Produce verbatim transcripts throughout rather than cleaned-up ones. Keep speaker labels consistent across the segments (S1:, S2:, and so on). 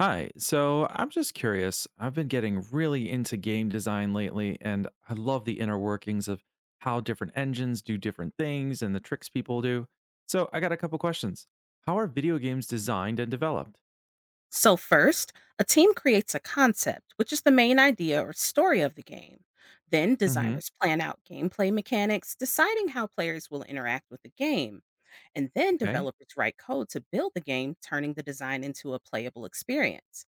S1: Hi, so I'm just curious. I've been getting really into game design lately, and I love the inner workings of how different engines do different things and the tricks people do. So I got a couple questions. How are video games designed and developed?
S2: So, first, a team creates a concept, which is the main idea or story of the game. Then,
S1: Hmm.
S2: designers plan out gameplay mechanics, deciding how players will interact with the game. And then,
S1: Okay.
S2: developers write code to build the game, turning the design into a playable experience.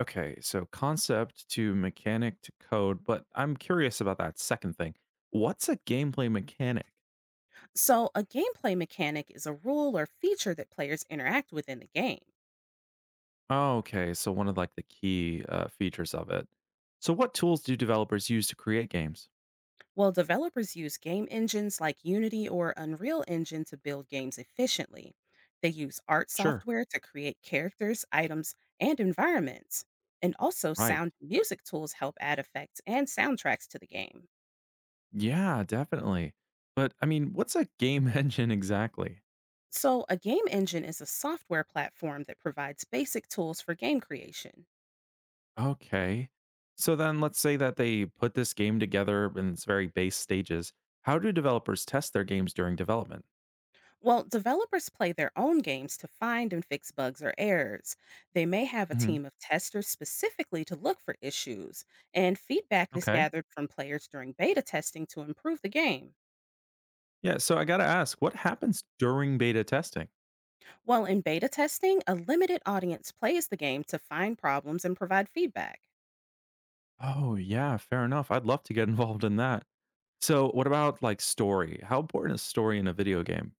S1: Okay, so concept to mechanic to code, but I'm curious about that second thing. What's a gameplay mechanic?
S2: So, a gameplay mechanic is a rule or feature that players interact with in the game.
S1: Oh, okay, so one of like the key uh, features of it. So what tools do developers use to create games?
S2: Well, developers use game engines like Unity or Unreal Engine to build games efficiently. They use art
S1: Sure.
S2: software to create characters, items, and environments. And also,
S1: Right.
S2: sound and music tools help add effects and soundtracks to the game.
S1: Yeah, definitely. But I mean, what's a game engine exactly?
S2: So, a game engine is a software platform that provides basic tools for game creation.
S1: Okay. So then let's say that they put this game together in its very base stages. How do developers test their games during development?
S2: Well, developers play their own games to find and fix bugs or errors. They may have a
S1: Hmm.
S2: team of testers specifically to look for issues, and feedback is
S1: Okay.
S2: gathered from players during beta testing to improve the game.
S1: Yeah, so I got to ask, what happens during beta testing?
S2: While in beta testing, a limited audience plays the game to find problems and provide feedback.
S1: Oh, yeah, fair enough. I'd love to get involved in that. So, what about like story? How important is story in a video game?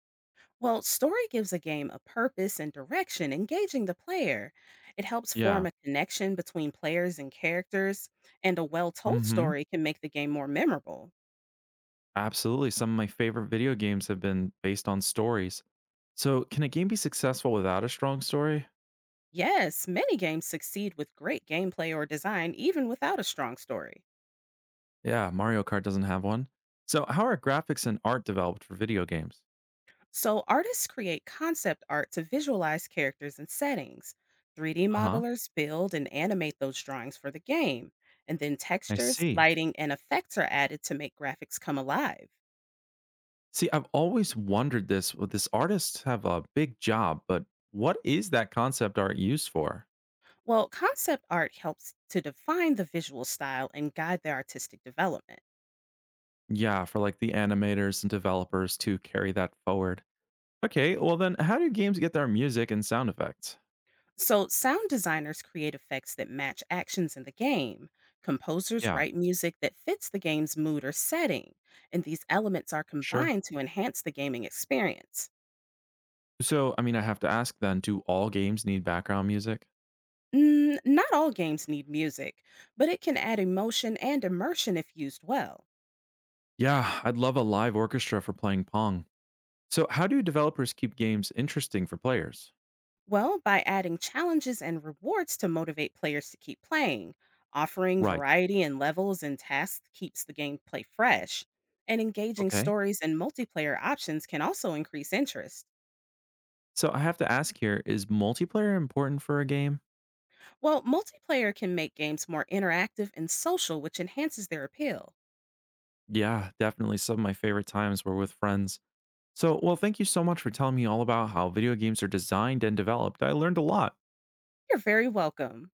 S2: Well, story gives a game a purpose and direction, engaging the player. It helps form
S1: Yeah.
S2: a connection between players and characters, and a well told
S1: Mhm.
S2: story can make the game more memorable.
S1: Absolutely. Some of my favorite video games have been based on stories. So, can a game be successful without a strong story?
S2: Yes, many games succeed with great gameplay or design even without a strong story.
S1: Yeah, Mario Kart doesn't have one. So, how are graphics and art developed for video games?
S2: So, artists create concept art to visualize characters and settings. three D
S1: Uh huh.
S2: modelers build and animate those drawings for the game. And then
S1: I
S2: textures,
S1: see.
S2: lighting, and effects are added to make graphics come alive.
S1: See, I've always wondered this. Well, this artists have a big job, but what is that concept art used for?
S2: Well, concept art helps to define the visual style and guide the artistic development.
S1: Yeah, for like the animators and developers to carry that forward. Okay, well, then how do games get their music and sound effects?
S2: So, sound designers create effects that match actions in the game. Composers
S1: Yeah,
S2: write music that fits the game's mood or setting, and these elements are
S1: sure.
S2: combined to enhance the gaming experience.
S1: So, I mean, I have to ask then, do all games need background music?
S2: Mm, not all games need music, but it can add emotion and immersion if used well.
S1: Yeah, I'd love a live orchestra for playing Pong. So, how do developers keep games interesting for players?
S2: Well, by adding challenges and rewards to motivate players to keep playing, offering
S1: Right.
S2: variety in levels and tasks keeps the gameplay fresh, and engaging
S1: Okay.
S2: stories and multiplayer options can also increase interest.
S1: So, I have to ask here is multiplayer important for a game?
S2: Well, multiplayer can make games more interactive and social, which enhances their appeal.
S1: Yeah, definitely. Some of my favorite times were with friends. So, well, thank you so much for telling me all about how video games are designed and developed. I learned a lot.
S2: You're very welcome.